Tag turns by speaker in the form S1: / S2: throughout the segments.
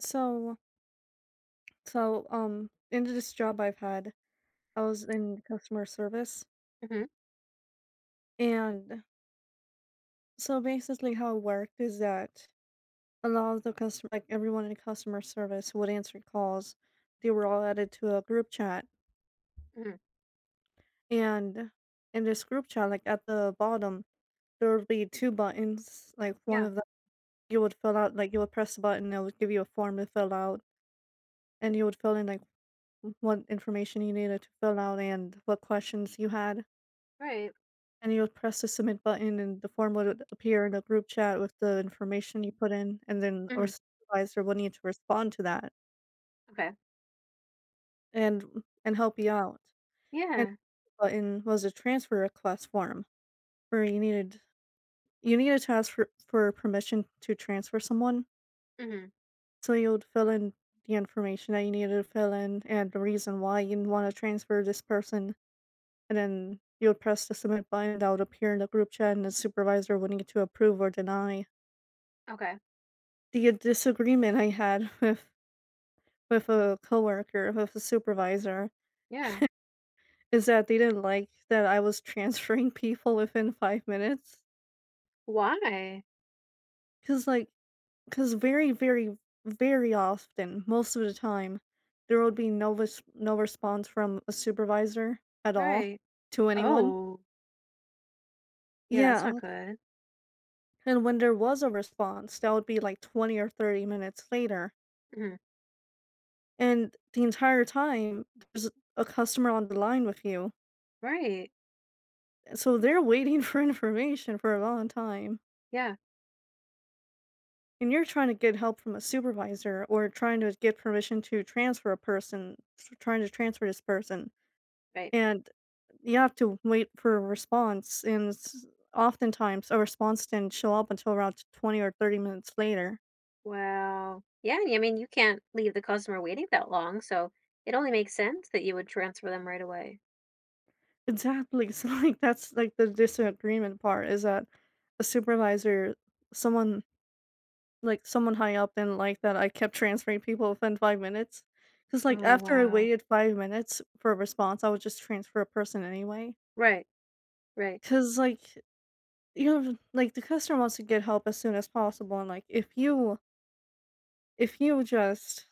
S1: So so in this job I've had, I was in customer service,
S2: Mhm,
S1: and so basically how it worked is that a lot of the customer like, everyone in customer service would answer calls. They were all added to a group chat,
S2: mhm.
S1: and in this group chat, like, at the bottom, there would be 2 buttons, like, one
S2: Yeah,
S1: of them you would fill out like, you would press the button, and it would give you a form to fill out, and you would fill in, like, what information you needed to fill out and what questions you had.
S2: right.
S1: And you would press the submit button, and the form would appear in a group chat with the information you put in, and then our
S2: Mhm,
S1: supervisor would need to respond to that
S2: okay.
S1: and and help you out. And
S2: Yeah.
S1: the button was a transfer request form where you needed to ask for permission to transfer someone.
S2: Mhm,
S1: So you would fill in the information that you needed to fill in and the reason why you want to transfer this person. And then you would press the submit button that would appear in the group chat, and the supervisor would need to approve or deny.
S2: okay.
S1: The disagreement I had with a coworker, with a supervisor,
S2: Yeah.
S1: is that they didn't like that I was transferring people within 5 minutes.
S2: Why?
S1: Cause like, cause very, very, very often, most of the time, there would be no response from a supervisor at all
S2: Right.
S1: to anyone.
S2: Oh, yeah, that's not
S1: Yeah,
S2: good.
S1: and when there was a response, that would be, like, 20 or 30 minutes later,
S2: Mhm,
S1: and the entire time, there's a customer on the line with you.
S2: right.
S1: So they're waiting for information for a long time.
S2: Yeah,
S1: And you're trying to get help from a supervisor or trying to get permission to transfer a person, trying to transfer this person.
S2: right.
S1: And you have to wait for a response. Oftentimes, a response didn't show up until around 20 or 30 minutes later.
S2: Well, yeah, you can't leave the customer waiting that long, so it only makes sense that you would transfer them right away.
S1: Exactly. So, like, that's like the disagreement part is that a supervisor, someone like, someone high up didn't like that I kept transferring people within 5 minutes, cause like,
S2: Oh,
S1: after I
S2: wow.
S1: waited 5 minutes for a response, I would just transfer a person anyway.
S2: Right, right.
S1: Cause like, you know, like, the customer wants to get help as soon as possible, and, like, if you just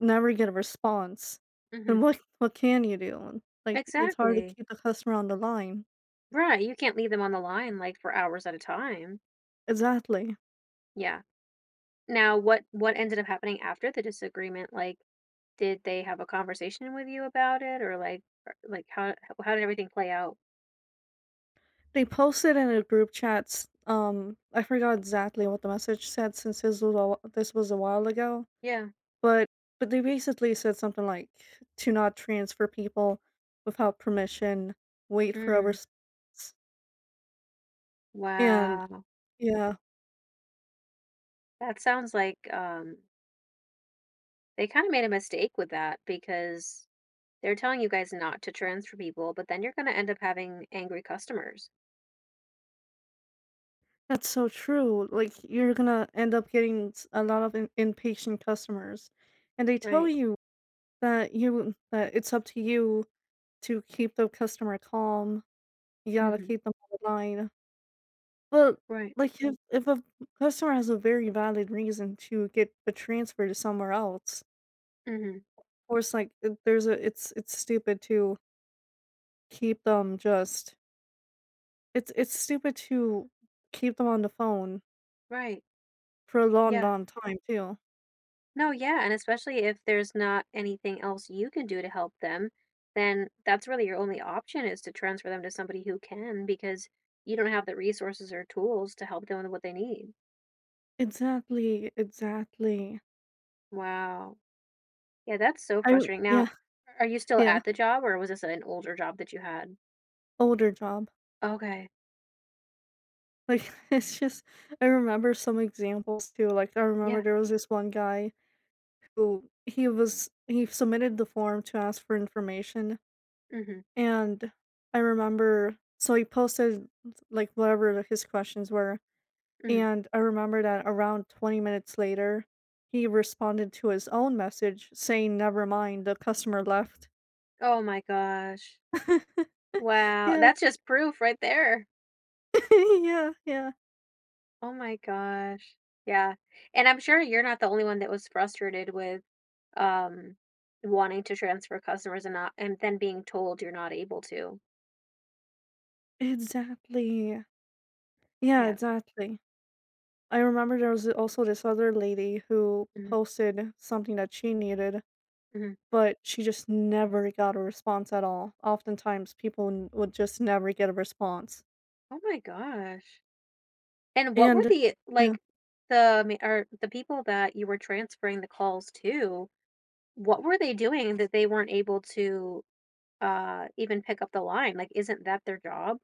S1: never get a response, then
S2: Mhm.
S1: what can you do? And, like, it's hard to
S2: Exactly.
S1: keep the customer on the line.
S2: Right, you can't leave them on the line like for hours at a time.
S1: Exactly.
S2: Yeah. Now, what ended up happening after the disagreement? Like, did they have a conversation with you about it, or like, or like, how did everything play out?
S1: They posted in a group chat. I forgot exactly what the message said since this was a while ago.
S2: Yeah.
S1: But but they basically said something like to not transfer people without permission, wait for a
S2: Mm.
S1: response, and
S2: Wow.
S1: yeah,
S2: That sounds like, they kinda made a mistake with that, because they're telling you guys not to transfer people, but then you're gonna end up having angry customers.
S1: that's so true. Like you're gonna end up getting a lot of impatient customers, and they tell
S2: Right.
S1: you that it's up to you to keep the customer calm. You gotta
S2: Mhm.
S1: keep them on the line. But
S2: Right.
S1: like if a customer has a very valid reason to get a transfer to somewhere else,
S2: Mhm.
S1: course, like there's a it's stupid to keep them just it's stupid to keep them on the phone
S2: Right.
S1: for a long,
S2: Yeah.
S1: long time too.
S2: No, yeah, and especially if there's not anything else you can do to help them, then that's really your only option is to transfer them to somebody who can, because you don't have the resources or tools to help them with what they need.
S1: Exactly, exactly.
S2: Wow. Yeah, that's so frustrating. Now,
S1: Yeah,
S2: are you still
S1: yeah.
S2: at the job, or was this an older job that you had?
S1: Older job.
S2: Okay.
S1: Like it's just I remember some examples too. Like I
S2: Yeah.
S1: remember there was this one guy who he submitted the form to ask for information
S2: Mhm.
S1: and I remember so he posted like whatever his questions were.
S2: Mhm.
S1: And I remember that around 20 minutes later, he responded to his own message saying, "Never mind, the customer left."
S2: Oh my gosh. Wow.
S1: Yeah.
S2: That's just proof right there.
S1: Yeah, yeah.
S2: Oh my gosh. Yeah. And I'm sure you're not the only one that was frustrated with um wanting to transfer customers, and not, and then being told you're not able to.
S1: Exactly. Yeah,
S2: Yeah.
S1: exactly. I remember there was also this other lady who
S2: Mhm,
S1: posted something that she needed,
S2: mhm.
S1: but she just never got a response at all. Oftentimes, people n would just never get a response.
S2: Oh my gosh. And what were
S1: And
S2: the
S1: yeah.
S2: like, or the people that you were transferring the calls to, what were they doing that they weren't able to even pick up the line? Like, isn't that their job?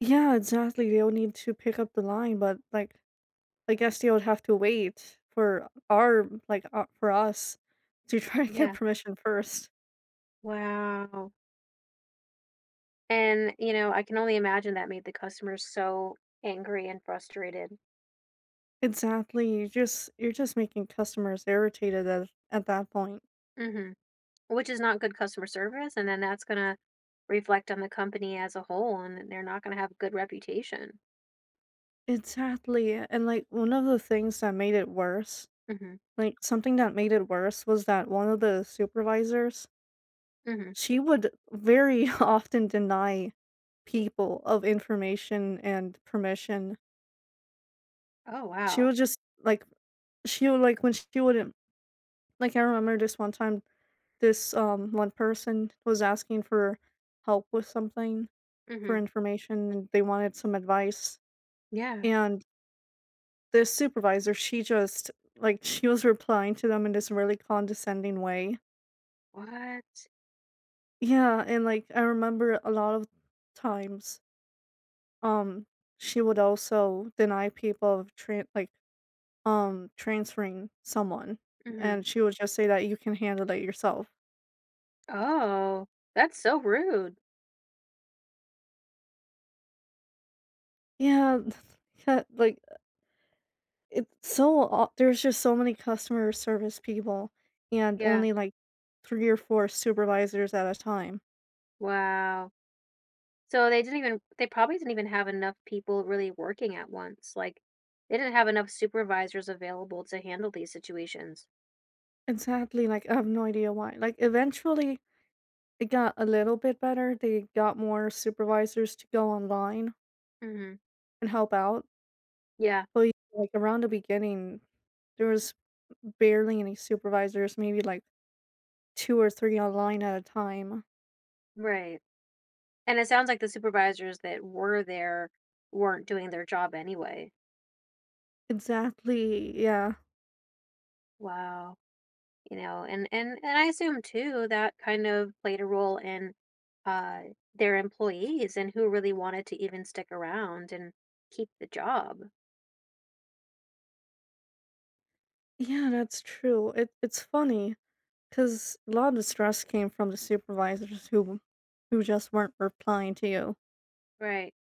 S1: Yeah, exactly, they would need to pick up the line, but, like, I guess you would have to wait for for us to try and get
S2: Yeah.
S1: permission first.
S2: Wow. And, you know, I can only imagine that made the customers so angry and frustrated.
S1: Exactly, you're just making customers irritated at that point.
S2: Hmm. Which is not good customer service. And then that's going to reflect on the company as a whole, and they're not going to have a good reputation.
S1: Exactly, and, like, one of the things that made it worse
S2: Hmm.
S1: like, something that made it worse was that one of the supervisors,
S2: Hmm.
S1: she would very often deny people of information and permission.
S2: Oh,
S1: She
S2: wow.
S1: would just, like she would, like when she wouldn't like, I remember this one time this one person was asking for help with something for
S2: Hmm.
S1: information and they wanted some advice
S2: Yeah.
S1: and this supervisor she just like she was replying to them in this really condescending way.
S2: What?
S1: Yeah and like I remember a lot of times um she would also deny people of transferring someone
S2: Hmm.
S1: and she would just say that you can handle it yourself.
S2: Oh, that's so rude.
S1: Yeah yeah like it's so aw there's just so many customer service people and
S2: Yeah.
S1: only, like, 3 or 4 supervisors at a time,
S2: Wow. So they didn't even, they probably didn't even have enough people really working at once. Like, they didn't have enough supervisors available to handle these situations.
S1: and sadly, like, I have no idea why. Like, eventually, it got a little bit better, they got more supervisors to go online
S2: Hmm.
S1: and help out,
S2: Yeah.
S1: but, yeah, like, around the beginning, there was barely any supervisors, maybe, like, 2 or 3 online at a time.
S2: Right. And it sounds like the supervisors that were there weren't doing their job anyway.
S1: Exactly, yeah.
S2: Wow. You know, and I assume too that kind of played a role in uh their employees and who really wanted to even stick around and keep the job.
S1: Yeah, that's true. It's funny. Because a lot of the stress came from the supervisors who just weren't replying to you.
S2: Right.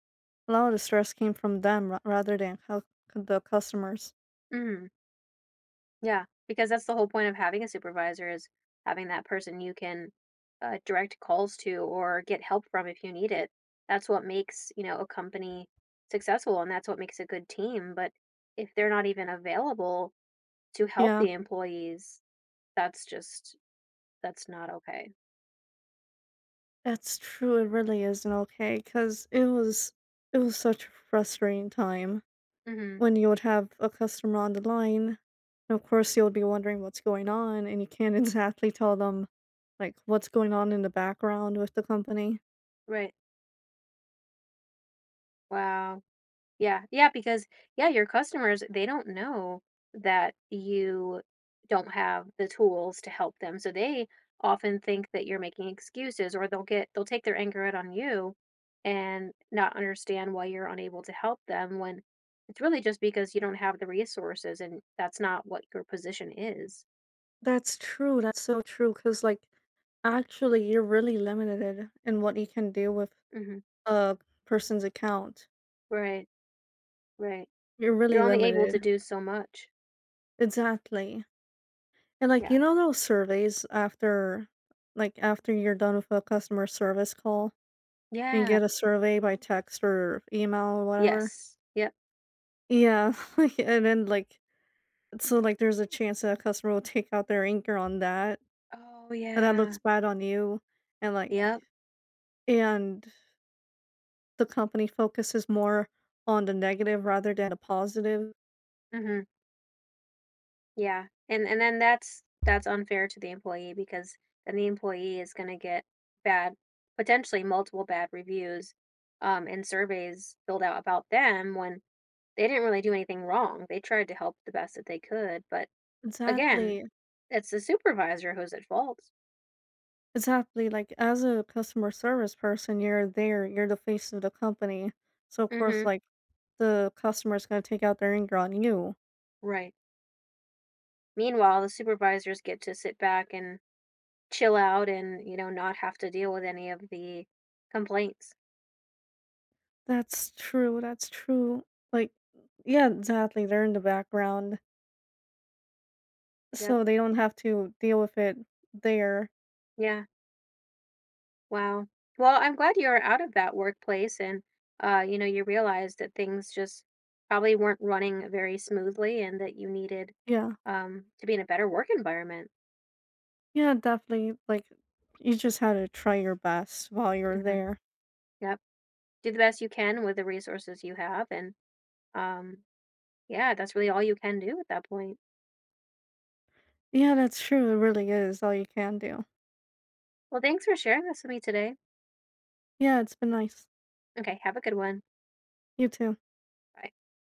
S1: A lot of the stress came from them rather than how the customers.
S2: Mhm. Yeah, because that's the whole point of having a supervisor, is having that person you can direct calls to or get help from if you need it. That's what makes, you know, a company successful, and that's what makes a good team. But if they're not even available to help
S1: Yeah,
S2: the employees, that's just, that's not okay.
S1: that's true. It really isn't okay because it was such a frustrating time
S2: Hmm.
S1: when you would have a customer on the line. And of course, you'll be wondering what's going on, and you can't exactly tell them like what's going on in the background with the company.
S2: Right. Wow. Yeah, yeah, because yeah, your customers, they don't know that you don't have the tools to help them. So they often think that you're making excuses, or they'll take their anger out on you and not understand why you're unable to help them, when it's really just because you don't have the resources, and that's not what your position is.
S1: That's true, that's so true. Cause like, actually, you're really limited in what you can do with
S2: Hmm.
S1: a person's account.
S2: Right, right.
S1: You're
S2: You're
S1: really
S2: only able
S1: limited.
S2: to do so much.
S1: Exactly. And, like,
S2: Yeah.
S1: you know those surveys after after you're done with a customer service call, and you
S2: Yeah.
S1: get a survey by text or email or whatever?
S2: Yes. Yep.
S1: Yeah, like, and then, like so, like, there's a chance that a customer will take out their anger on that,
S2: Oh
S1: and that looks
S2: yeah.
S1: bad on you, and, like
S2: Yep.
S1: and the company focuses more on the negative rather than the positive.
S2: Hmm. Yeah, and then that's unfair to the employee, because then the employee is going to get bad, potentially multiple bad reviews, and surveys filled out about them when they didn't really do anything wrong. They tried to help the best that they could, but again,
S1: Exactly.
S2: it's the supervisor who's at fault.
S1: Exactly. Like as a customer service person, you're there, you're the face of the company. So of course
S2: Hmm.
S1: like the customer is gonna take out their anger on you.
S2: Right. Meanwhile, the supervisors get to sit back and chill out and, you know, not have to deal with any of the complaints.
S1: That's true, that's true. Like yeah, exactly. They're in the background.
S2: Yep.
S1: So they don't have to deal with it there.
S2: Yeah. Wow. Well, I'm glad you're out of that workplace, and you know, you realized that things just probably weren't running very smoothly and that you needed
S1: Yeah.
S2: to be in a better work environment.
S1: Yeah, definitely. Like you just had to try your best while you're
S2: Hmm.
S1: there.
S2: Yep. Do the best you can with the resources you have, and um yeah, that's really all you can do at that point.
S1: Yeah, that's true. It really is all you can do.
S2: Well, thanks for sharing this with me today.
S1: Yeah, it's been nice.
S2: Okay, have a good one.
S1: You too.
S2: Bye.